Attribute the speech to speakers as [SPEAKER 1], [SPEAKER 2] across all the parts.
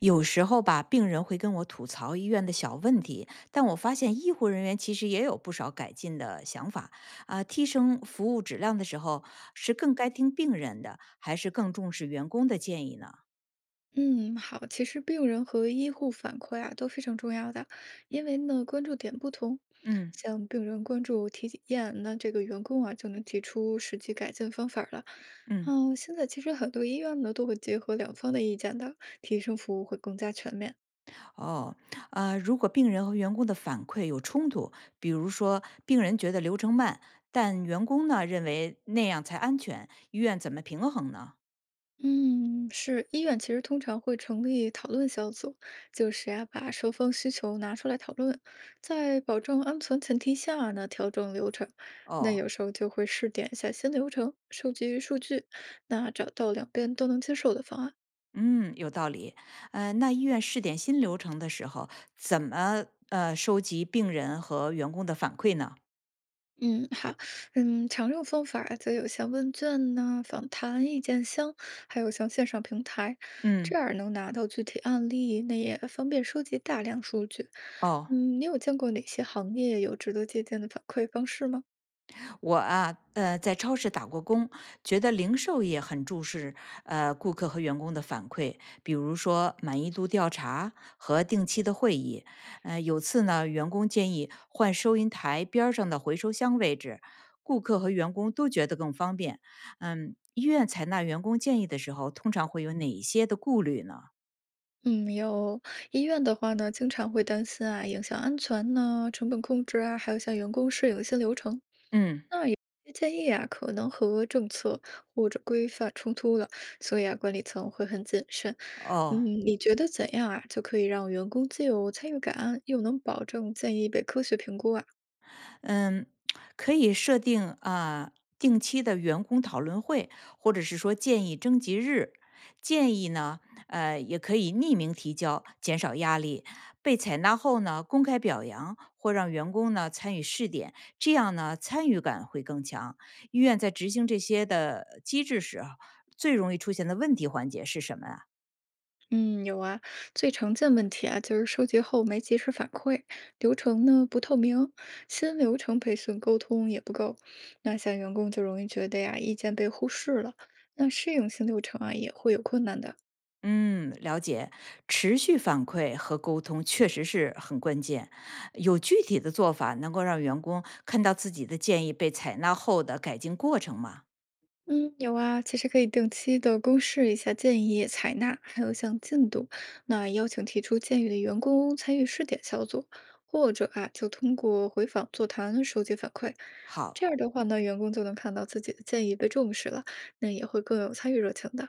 [SPEAKER 1] 有时候吧，病人会跟我吐槽医院的小问题，但我发现医护人员其实也有不少改进的想法啊。提升服务质量的时候，是更该听病人的，还是更重视员工的建议呢？
[SPEAKER 2] 嗯，好，其实病人和医护反馈啊都非常重要的，因为呢关注点不同，
[SPEAKER 1] 嗯
[SPEAKER 2] 像病人关注体验，那这个员工啊就能提出实际改进方法儿了。
[SPEAKER 1] 嗯，
[SPEAKER 2] 嗯，现在其实很多医院呢都会结合两方的意见的，提升服务会更加全面。
[SPEAKER 1] 哦，啊，如果病人和员工的反馈有冲突，比如说病人觉得流程慢，但员工呢认为那样才安全，医院怎么平衡呢？
[SPEAKER 2] 嗯，是，医院其实通常会成立讨论小组，就是啊，把双方需求拿出来讨论，在保证安全前提下呢，调整流程。那
[SPEAKER 1] 哦，
[SPEAKER 2] 有时候就会试点一下新流程，收集数据，那找到两边都能接受的方案。
[SPEAKER 1] 嗯，有道理。那医院试点新流程的时候，怎么收集病人和员工的反馈呢？
[SPEAKER 2] 嗯，好，嗯，常用方法则有像问卷呐、访谈、意见箱，还有像线上平台，这
[SPEAKER 1] 嗯，
[SPEAKER 2] 样能拿到具体案例，那也方便收集大量数据。
[SPEAKER 1] 哦，
[SPEAKER 2] 嗯，你有见过哪些行业有值得借鉴的反馈方式吗？
[SPEAKER 1] 我啊，在超市打过工，觉得零售业很重视顾客和员工的反馈，比如说满意度调查和定期的会议。有次呢，员工建议换收银台边儿上的回收箱位置，顾客和员工都觉得更方便。嗯，医院采纳员工建议的时候，通常会有哪一些的顾虑呢？
[SPEAKER 2] 嗯，有。医院的话呢，经常会担心啊，影响安全呢、成本控制啊，还有像员工适应新流程。
[SPEAKER 1] 嗯，
[SPEAKER 2] 这建议啊，可能和政策或者规范冲突了，所以啊，管理层会很谨慎。嗯，
[SPEAKER 1] 哦，
[SPEAKER 2] 你觉得怎样啊，就可以让员工既有参与感，又能保证建议被科学评估啊？
[SPEAKER 1] 嗯，可以设定啊、定期的员工讨论会，或者是说建议征集日。建议呢，也可以匿名提交，减少压力。被采纳后呢，公开表扬或让员工呢参与试点，这样呢参与感会更强。医院在执行这些的机制时啊，最容易出现的问题环节是什么啊？
[SPEAKER 2] 嗯，有啊，最常见问题啊，就是收集后没及时反馈，流程呢不透明，新流程培训沟通也不够，那像员工就容易觉得呀，意见被忽视了，那适应新流程啊也会有困难的。
[SPEAKER 1] 嗯，了解。持续反馈和沟通确实是很关键。有具体的做法能够让员工看到自己的建议被采纳后的改进过程吗？
[SPEAKER 2] 嗯，有啊，其实可以定期的公示一下建议采纳，还有像进度，那邀请提出建议的员工参与试点小组，或者啊，就通过回访座谈收集反馈。这
[SPEAKER 1] 好，
[SPEAKER 2] 样的话呢，员工就能看到自己的建议被重视了，那也会更有参与热情的。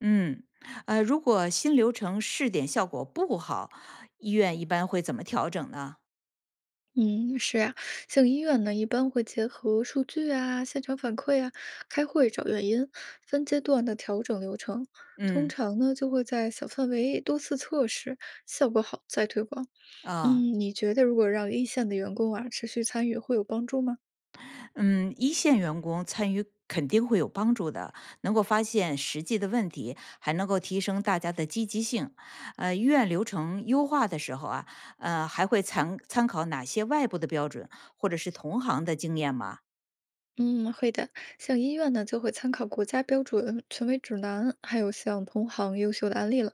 [SPEAKER 1] 嗯，如果新流程试点效果不好，医院一般会怎么调整呢？
[SPEAKER 2] 嗯，是啊，像医院呢，一般会结合数据啊、现场反馈啊、开会找原因，分阶段的调整流程。通
[SPEAKER 1] 嗯，
[SPEAKER 2] 常呢，就会在小范围多次测试，效果好再推广。嗯，
[SPEAKER 1] 啊、
[SPEAKER 2] 你觉得如果让一线的员工啊持续参与，会有帮助吗？
[SPEAKER 1] 嗯，一线员工参与肯定会有帮助的，能够发现实际的问题，还能够提升大家的积极性。医院流程优化的时候啊，还会参考哪些外部的标准，或者是同行的经验吗？
[SPEAKER 2] 嗯，会的。像医院呢，就会参考国家标准、权威指南，还有像同行优秀的案例了。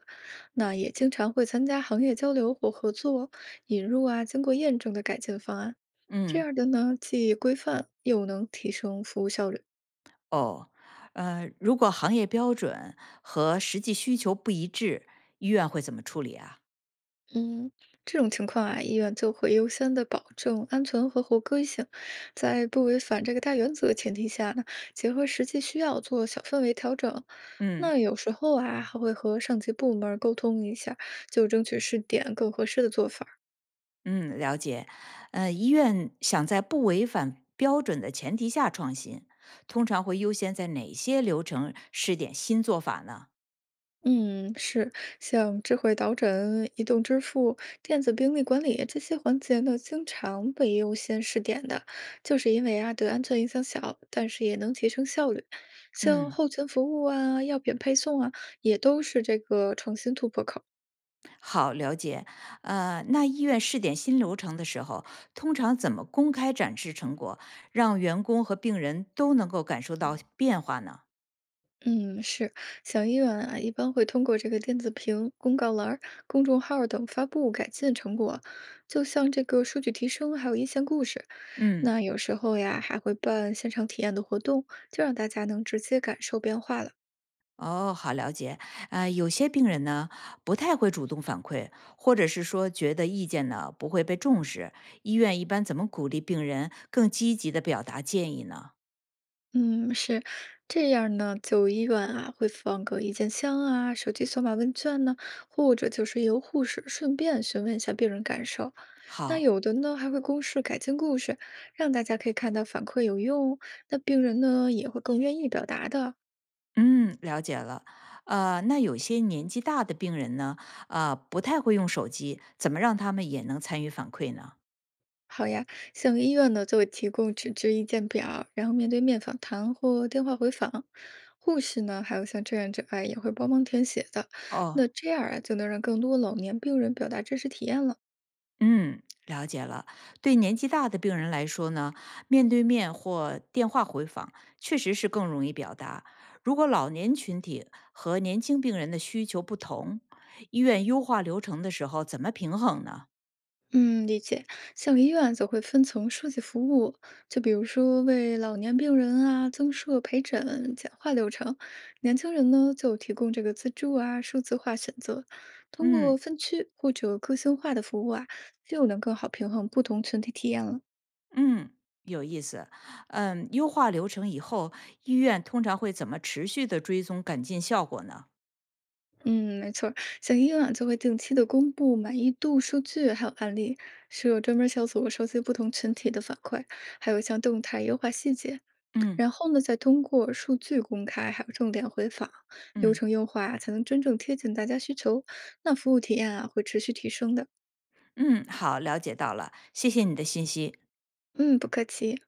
[SPEAKER 2] 那也经常会参加行业交流或合作，引入啊经过验证的改进方案。这
[SPEAKER 1] 嗯，
[SPEAKER 2] 样的呢，既规范又能提升服务效率。
[SPEAKER 1] 哦，如果行业标准和实际需求不一致，医院会怎么处理啊？
[SPEAKER 2] 嗯，这种情况啊，医院就会优先的保证安全和合规性，在不违反这个大原则的前提下呢，结合实际需要做小范围调整。
[SPEAKER 1] 嗯。
[SPEAKER 2] 那有时候啊，还会和上级部门儿沟通一下，就争取试点更合适的做法。
[SPEAKER 1] 嗯，了解。医院想在不违反标准的前提下创新，通常会优先在哪些流程试点新做法呢？
[SPEAKER 2] 嗯，是，像智慧导诊、移动支付、电子病历管理这些环节呢，经常被优先试点的，就是因为啊，对安全影响小，但是也能提升效率。像
[SPEAKER 1] 嗯，
[SPEAKER 2] 后勤服务啊、药品配送啊，也都是这个创新突破口。
[SPEAKER 1] 好，了解。那医院试点新流程的时候，通常怎么公开展示成果，让员工和病人都能够感受到变化呢？
[SPEAKER 2] 嗯，是，像医院啊，一般会通过这个电子屏、公告栏儿、公众号儿等发布改进成果，就像这个数据提升，还有一线故事。
[SPEAKER 1] 嗯。
[SPEAKER 2] 那有时候呀，还会办现场体验的活动，就让大家能直接感受变化了。
[SPEAKER 1] 哦，好了解。啊、有些病人呢不太会主动反馈，或者是说觉得意见呢不会被重视。医院一般怎么鼓励病人更积极的表达建议呢？
[SPEAKER 2] 嗯，是这样呢。就医院啊，会放个意见箱啊、手机扫码问卷呢，或者就是由护士顺便询问一下病人感受。那
[SPEAKER 1] 好，
[SPEAKER 2] 有的呢，还会公示改进故事，让大家可以看到反馈有用，那病人呢也会更愿意表达的。
[SPEAKER 1] 嗯，了解了。那有些年纪大的病人呢，啊、不太会用手机，怎么让他们也能参与反馈呢？
[SPEAKER 2] 好呀，像医院呢就会提供纸质意见表，然后面对面访谈或电话回访。护士呢，还有像志愿者啊，也会帮忙填写的。那
[SPEAKER 1] 哦，
[SPEAKER 2] 这样啊，就能让更多老年病人表达真实体验了。
[SPEAKER 1] 嗯，了解了。对年纪大的病人来说呢，面对面或电话回访确实是更容易表达。如果老年群体和年轻病人的需求不同，医院优化流程的时候怎么平衡呢？
[SPEAKER 2] 嗯，理解。像医院则会分层设计服务，就比如说为老年病人啊增设陪诊、简化流程；年轻人呢就提供这个自助啊、数字化选择。通过
[SPEAKER 1] 嗯
[SPEAKER 2] 分区或者个性化的服务啊，就能更好平衡不同群体体验了。
[SPEAKER 1] 嗯，有意思。嗯，优化流程以后，医院通常会怎么持续的追踪改进效果呢？
[SPEAKER 2] 嗯，没错儿，像医院啊就会定期的公布满意度数据，还有案例，是有专门儿小组收集不同群体的反馈，还有像动态优化细节。
[SPEAKER 1] 嗯
[SPEAKER 2] 然后呢，再通过数据公开还有重点回访、流
[SPEAKER 1] 嗯
[SPEAKER 2] 程优化啊才能真正贴近大家需求。那服务体验啊，会持续提升的。
[SPEAKER 1] 嗯，好，了解到了，谢谢你的信息。
[SPEAKER 2] 嗯，不客气。